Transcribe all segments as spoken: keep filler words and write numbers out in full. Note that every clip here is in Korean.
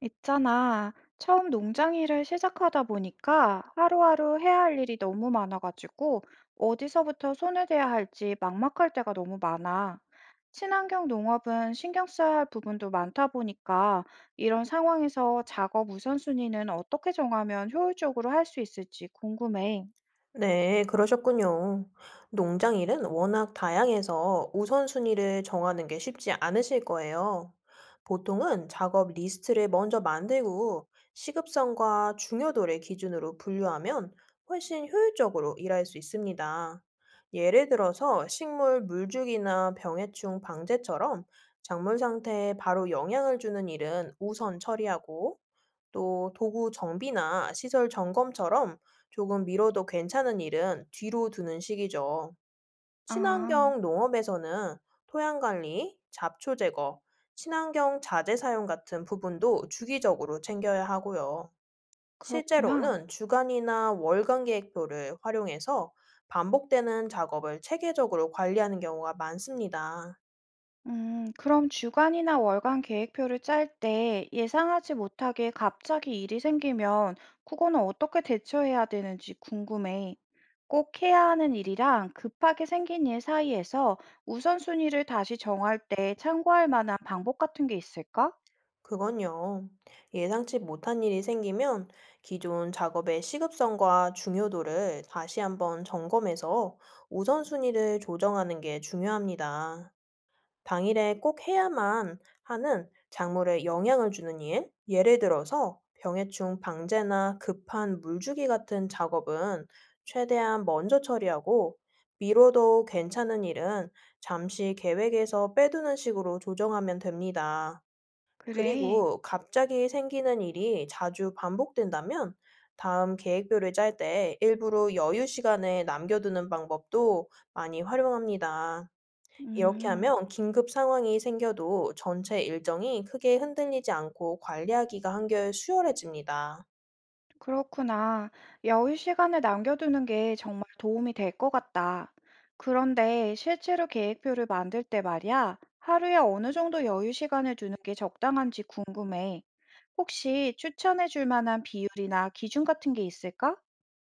있잖아. 처음 농장 일을 시작하다 보니까 하루하루 해야 할 일이 너무 많아가지고 어디서부터 손을 대야 할지 막막할 때가 너무 많아. 친환경 농업은 신경 써야 할 부분도 많다 보니까 이런 상황에서 작업 우선순위는 어떻게 정하면 효율적으로 할 수 있을지 궁금해. 네, 그러셨군요. 농장 일은 워낙 다양해서 우선순위를 정하는 게 쉽지 않으실 거예요. 보통은 작업 리스트를 먼저 만들고 시급성과 중요도를 기준으로 분류하면 훨씬 효율적으로 일할 수 있습니다. 예를 들어서 식물 물주기나 병해충 방제처럼 작물 상태에 바로 영향을 주는 일은 우선 처리하고, 또 도구 정비나 시설 점검처럼 조금 미뤄도 괜찮은 일은 뒤로 두는 식이죠. 아, 친환경 농업에서는 토양 관리, 잡초 제거, 친환경 자재 사용 같은 부분도 주기적으로 챙겨야 하고요. 그렇구나. 실제로는 주간이나 월간 계획표를 활용해서 반복되는 작업을 체계적으로 관리하는 경우가 많습니다. 음, 그럼 주간이나 월간 계획표를 짤 때 예상하지 못하게 갑자기 일이 생기면 그거는 어떻게 대처해야 되는지 궁금해. 꼭 해야 하는 일이랑 급하게 생긴 일 사이에서 우선순위를 다시 정할 때 참고할 만한 방법 같은 게 있을까? 그건요, 예상치 못한 일이 생기면 기존 작업의 시급성과 중요도를 다시 한번 점검해서 우선순위를 조정하는 게 중요합니다. 당일에 꼭 해야만 하는 작물에 영향을 주는 일, 예를 들어서 병해충 방제나 급한 물주기 같은 작업은 최대한 먼저 처리하고, 미뤄도 괜찮은 일은 잠시 계획에서 빼두는 식으로 조정하면 됩니다. 그래. 그리고 갑자기 생기는 일이 자주 반복된다면 다음 계획표를 짤 때 일부러 여유 시간을 남겨두는 방법도 많이 활용합니다. 이렇게 음. 하면 긴급 상황이 생겨도 전체 일정이 크게 흔들리지 않고 관리하기가 한결 수월해집니다. 그렇구나. 여유 시간을 남겨두는 게 정말 도움이 될 것 같다. 그런데 실제로 계획표를 만들 때 말이야, 하루에 어느 정도 여유 시간을 두는 게 적당한지 궁금해. 혹시 추천해 줄 만한 비율이나 기준 같은 게 있을까?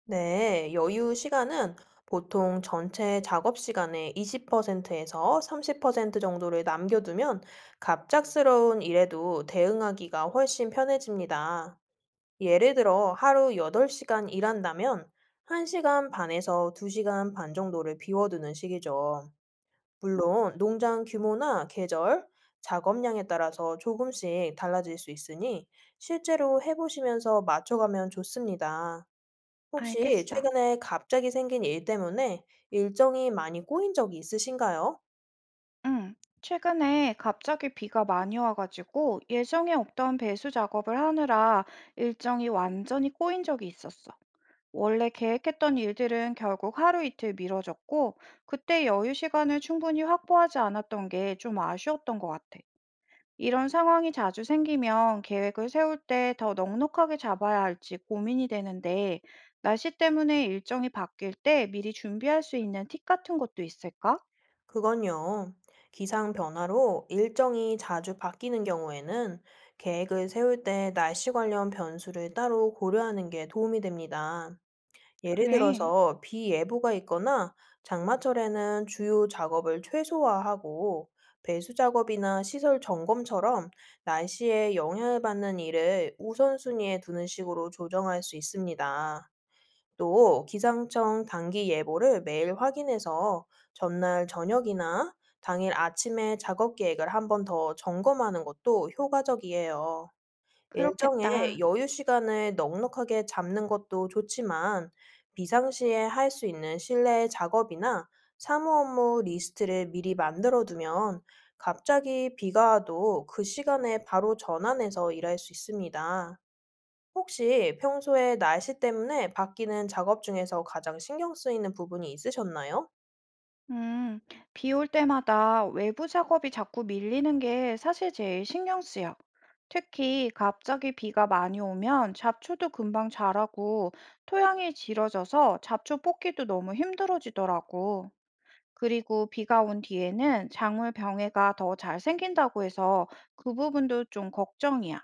네, 여유 시간은 보통 전체 작업 시간의 이십 퍼센트에서 삼십 퍼센트 정도를 남겨두면 갑작스러운 일에도 대응하기가 훨씬 편해집니다. 예를 들어 하루 여덟 시간 일한다면 한 시간 반에서 두 시간 반 정도를 비워두는 식이죠. 물론 농장 규모나 계절, 작업량에 따라서 조금씩 달라질 수 있으니 실제로 해보시면서 맞춰가면 좋습니다. 혹시 알겠어. 최근에 갑자기 생긴 일 때문에 일정이 많이 꼬인 적이 있으신가요? 응. 최근에 갑자기 비가 많이 와가지고 예정에 없던 배수 작업을 하느라 일정이 완전히 꼬인 적이 있었어. 원래 계획했던 일들은 결국 하루 이틀 미뤄졌고, 그때 여유 시간을 충분히 확보하지 않았던 게 좀 아쉬웠던 것 같아. 이런 상황이 자주 생기면 계획을 세울 때 더 넉넉하게 잡아야 할지 고민이 되는데, 날씨 때문에 일정이 바뀔 때 미리 준비할 수 있는 팁 같은 것도 있을까? 그건요, 기상 변화로 일정이 자주 바뀌는 경우에는 계획을 세울 때 날씨 관련 변수를 따로 고려하는 게 도움이 됩니다. 예를 그래, 들어서 비 예보가 있거나 장마철에는 주요 작업을 최소화하고, 배수 작업이나 시설 점검처럼 날씨에 영향을 받는 일을 우선순위에 두는 식으로 조정할 수 있습니다. 또 기상청 단기 예보를 매일 확인해서 전날 저녁이나 당일 아침에 작업 계획을 한 번 더 점검하는 것도 효과적이에요. 일정에 그렇겠다. 여유 시간을 넉넉하게 잡는 것도 좋지만, 비상시에 할 수 있는 실내 작업이나 사무 업무 리스트를 미리 만들어 두면 갑자기 비가 와도 그 시간에 바로 전환해서 일할 수 있습니다. 혹시 평소에 날씨 때문에 바뀌는 작업 중에서 가장 신경 쓰이는 부분이 있으셨나요? 음, 비 올 때마다 외부 작업이 자꾸 밀리는 게 사실 제일 신경 쓰여. 특히 갑자기 비가 많이 오면 잡초도 금방 자라고 토양이 질어져서 잡초 뽑기도 너무 힘들어지더라고. 그리고 비가 온 뒤에는 작물 병해가 더 잘 생긴다고 해서 그 부분도 좀 걱정이야.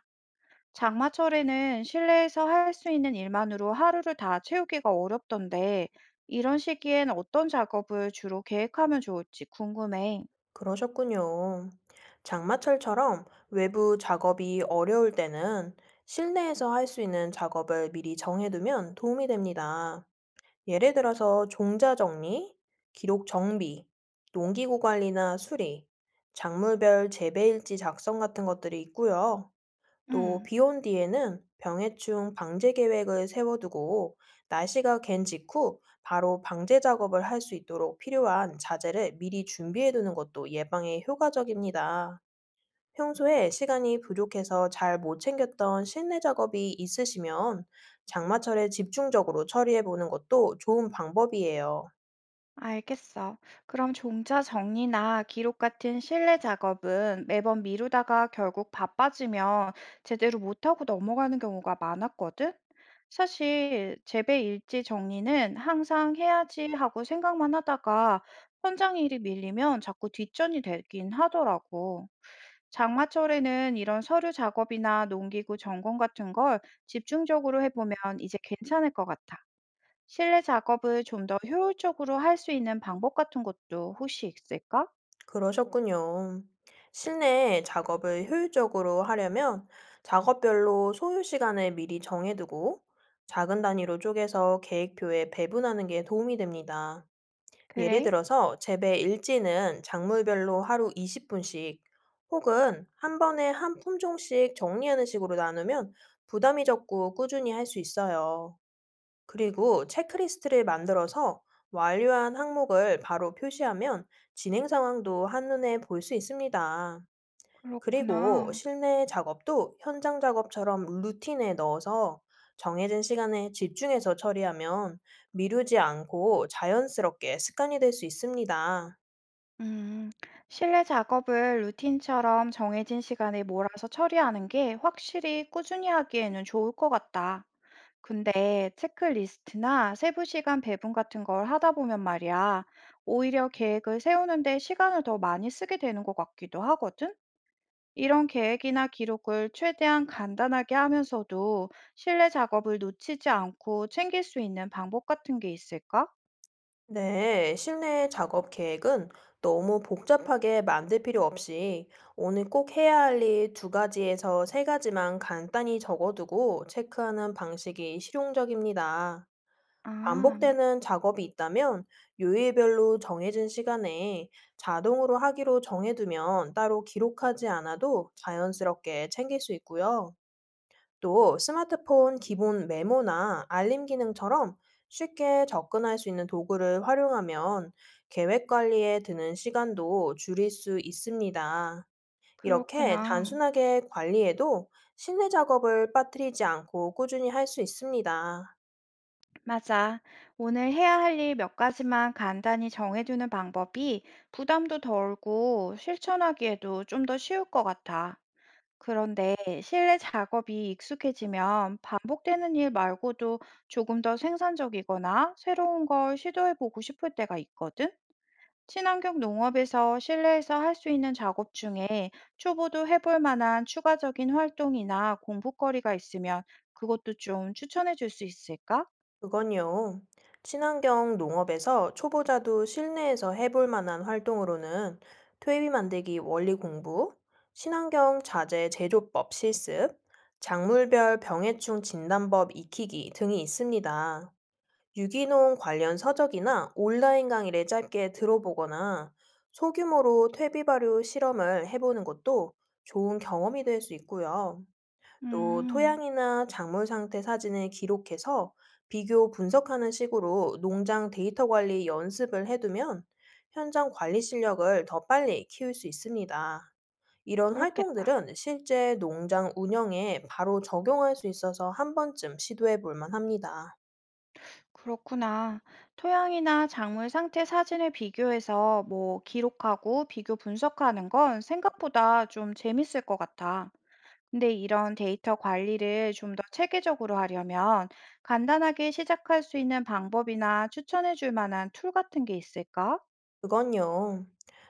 장마철에는 실내에서 할 수 있는 일만으로 하루를 다 채우기가 어렵던데, 이런 시기엔 어떤 작업을 주로 계획하면 좋을지 궁금해. 그러셨군요. 장마철처럼 외부 작업이 어려울 때는 실내에서 할 수 있는 작업을 미리 정해두면 도움이 됩니다. 예를 들어서 종자 정리, 기록 정비, 농기구 관리나 수리, 작물별 재배일지 작성 같은 것들이 있고요. 또 음. 비 온 뒤에는 병해충 방제 계획을 세워두고, 날씨가 갠 직후 바로 방제 작업을 할 수 있도록 필요한 자재를 미리 준비해두는 것도 예방에 효과적입니다. 평소에 시간이 부족해서 잘 못 챙겼던 실내 작업이 있으시면 장마철에 집중적으로 처리해보는 것도 좋은 방법이에요. 알겠어. 그럼 종자 정리나 기록 같은 실내 작업은 매번 미루다가 결국 바빠지면 제대로 못하고 넘어가는 경우가 많았거든? 사실 재배 일지 정리는 항상 해야지 하고 생각만 하다가 현장 일이 밀리면 자꾸 뒷전이 되긴 하더라고. 장마철에는 이런 서류 작업이나 농기구 점검 같은 걸 집중적으로 해보면 이제 괜찮을 것 같아. 실내 작업을 좀 더 효율적으로 할 수 있는 방법 같은 것도 혹시 있을까? 그러셨군요. 실내 작업을 효율적으로 하려면 작업별로 소요 시간을 미리 정해두고 작은 단위로 쪼개서 계획표에 배분하는 게 도움이 됩니다. 예를 그래? 들어서 재배 일지는 작물별로 하루 이십 분씩, 혹은 한 번에 한 품종씩 정리하는 식으로 나누면 부담이 적고 꾸준히 할 수 있어요. 그리고 체크리스트를 만들어서 완료한 항목을 바로 표시하면 진행 상황도 한눈에 볼 수 있습니다. 그리고 그렇구나. 실내 작업도 현장 작업처럼 루틴에 넣어서 정해진 시간에 집중해서 처리하면 미루지 않고 자연스럽게 습관이 될 수 있습니다. 음, 실내 작업을 루틴처럼 정해진 시간에 몰아서 처리하는 게 확실히 꾸준히 하기에는 좋을 것 같다. 근데 체크리스트나 세부 시간 배분 같은 걸 하다 보면 말이야, 오히려 계획을 세우는데 시간을 더 많이 쓰게 되는 것 같기도 하거든? 이런 계획이나 기록을 최대한 간단하게 하면서도 실내 작업을 놓치지 않고 챙길 수 있는 방법 같은 게 있을까? 네, 실내 작업 계획은 너무 복잡하게 만들 필요 없이 오늘 꼭 해야 할 일 두 가지에서 세 가지만 간단히 적어두고 체크하는 방식이 실용적입니다. 아, 반복되는 작업이 있다면 요일별로 정해진 시간에 자동으로 하기로 정해두면 따로 기록하지 않아도 자연스럽게 챙길 수 있고요. 또 스마트폰 기본 메모나 알림 기능처럼 쉽게 접근할 수 있는 도구를 활용하면 계획 관리에 드는 시간도 줄일 수 있습니다. 이렇게 그렇구나. 단순하게 관리해도 실내 작업을 빠뜨리지 않고 꾸준히 할 수 있습니다. 맞아. 오늘 해야 할 일 몇 가지만 간단히 정해두는 방법이 부담도 덜고 실천하기에도 좀 더 쉬울 것 같아. 그런데 실내 작업이 익숙해지면 반복되는 일 말고도 조금 더 생산적이거나 새로운 걸 시도해보고 싶을 때가 있거든? 친환경 농업에서 실내에서 할 수 있는 작업 중에 초보도 해볼 만한 추가적인 활동이나 공부거리가 있으면 그것도 좀 추천해 줄 수 있을까? 그건요, 친환경 농업에서 초보자도 실내에서 해볼 만한 활동으로는 퇴비 만들기 원리 공부, 친환경 자재 제조법 실습, 작물별 병해충 진단법 익히기 등이 있습니다. 유기농 관련 서적이나 온라인 강의를 짧게 들어보거나 소규모로 퇴비 발효 실험을 해보는 것도 좋은 경험이 될 수 있고요. 또 음, 토양이나 작물 상태 사진을 기록해서 비교 분석하는 식으로 농장 데이터 관리 연습을 해두면 현장 관리 실력을 더 빨리 키울 수 있습니다. 이런 그렇겠다. 활동들은 실제 농장 운영에 바로 적용할 수 있어서 한 번쯤 시도해 볼 만합니다. 그렇구나. 토양이나 작물 상태 사진을 비교해서 뭐 기록하고 비교 분석하는 건 생각보다 좀 재밌을 것 같아. 근데 이런 데이터 관리를 좀 더 체계적으로 하려면 간단하게 시작할 수 있는 방법이나 추천해 줄 만한 툴 같은 게 있을까? 그건요,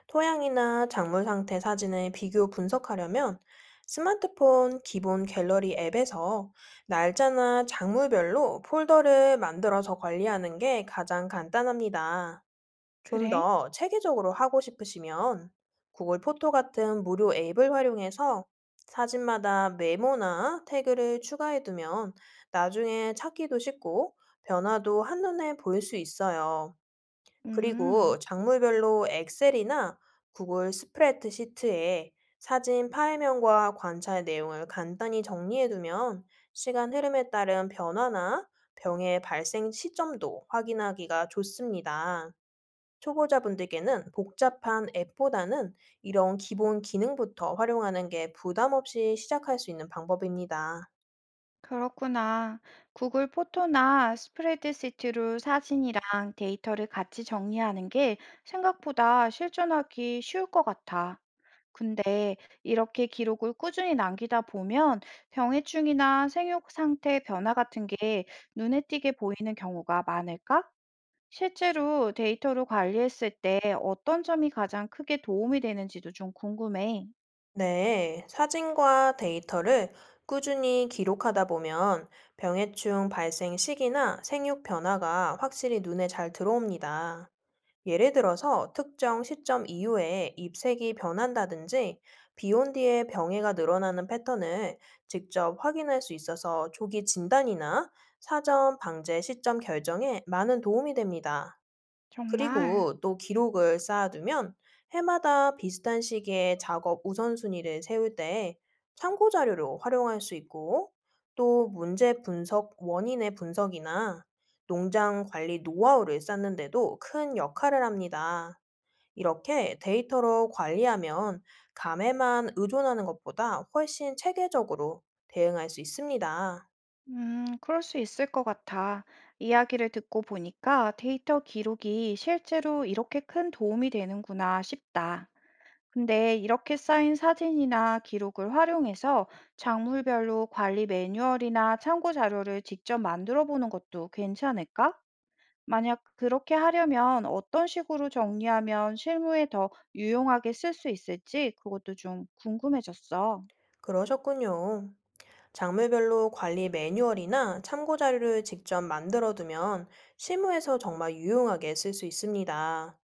토양이나 작물 상태 사진을 비교 분석하려면 스마트폰 기본 갤러리 앱에서 날짜나 작물별로 폴더를 만들어서 관리하는 게 가장 간단합니다. 좀 그래? 더 체계적으로 하고 싶으시면 구글 포토 같은 무료 앱을 활용해서 사진마다 메모나 태그를 추가해두면 나중에 찾기도 쉽고 변화도 한눈에 보일 수 있어요. 음, 그리고 작물별로 엑셀이나 구글 스프레드시트에 사진 파일명과 관찰 내용을 간단히 정리해두면 시간 흐름에 따른 변화나 병의 발생 시점도 확인하기가 좋습니다. 초보자분들께는 복잡한 앱보다는 이런 기본 기능부터 활용하는 게 부담 없이 시작할 수 있는 방법입니다. 그렇구나. 구글 포토나 스프레드시트로 사진이랑 데이터를 같이 정리하는 게 생각보다 실전하기 쉬울 것 같아. 근데 이렇게 기록을 꾸준히 남기다 보면 병해충이나 생육 상태 변화 같은 게 눈에 띄게 보이는 경우가 많을까? 실제로 데이터를 관리했을 때 어떤 점이 가장 크게 도움이 되는지도 좀 궁금해. 네, 사진과 데이터를 꾸준히 기록하다 보면 병해충 발생 시기나 생육 변화가 확실히 눈에 잘 들어옵니다. 예를 들어서 특정 시점 이후에 잎색이 변한다든지 비온 뒤에 병해가 늘어나는 패턴을 직접 확인할 수 있어서 조기 진단이나 사전 방제 시점 결정에 많은 도움이 됩니다. 정말. 그리고 또 기록을 쌓아두면 해마다 비슷한 시기에 작업 우선순위를 세울 때 참고 자료로 활용할 수 있고, 또 문제 분석 원인의 분석이나 농장 관리 노하우를 쌓는데도 큰 역할을 합니다. 이렇게 데이터로 관리하면 감에만 의존하는 것보다 훨씬 체계적으로 대응할 수 있습니다. 음, 그럴 수 있을 것 같아. 이야기를 듣고 보니까 데이터 기록이 실제로 이렇게 큰 도움이 되는구나 싶다. 근데 이렇게 쌓인 사진이나 기록을 활용해서 작물별로 관리 매뉴얼이나 참고 자료를 직접 만들어 보는 것도 괜찮을까? 만약 그렇게 하려면 어떤 식으로 정리하면 실무에 더 유용하게 쓸 수 있을지 그것도 좀 궁금해졌어. 그러셨군요. 장르별로 관리 매뉴얼이나 참고 자료를 직접 만들어 두면 실무에서 정말 유용하게 쓸 수 있습니다.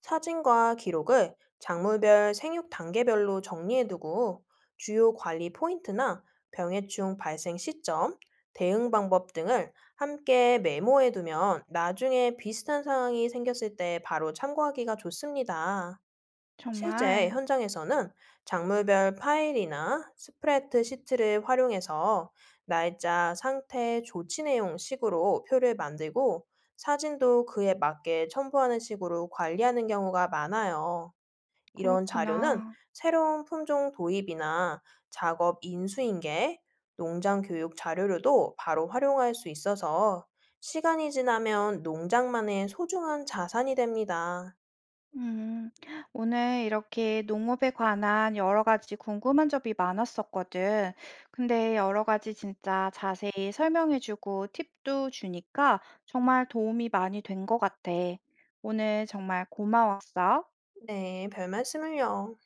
사진과 기록을 작물별 생육 단계별로 정리해 두고 주요 관리 포인트나 병해충 발생 시점, 대응 방법 등을 함께 메모해 두면 나중에 비슷한 상황이 생겼을 때 바로 참고하기가 좋습니다. 실제 정말 현장에서는 작물별 파일이나 스프레드 시트를 활용해서 날짜, 상태, 조치 내용 식으로 표를 만들고 사진도 그에 맞게 첨부하는 식으로 관리하는 경우가 많아요. 이런 자료는 그렇구나. 새로운 품종 도입이나 작업 인수인계, 농장 교육 자료로도 바로 활용할 수 있어서 시간이 지나면 농장만의 소중한 자산이 됩니다. 음, 오늘 이렇게 농업에 관한 여러 가지 궁금한 점이 많았었거든. 근데 여러 가지 진짜 자세히 설명해주고 팁도 주니까 정말 도움이 많이 된 것 같아. 오늘 정말 고마웠어. 네, 별 말씀을요.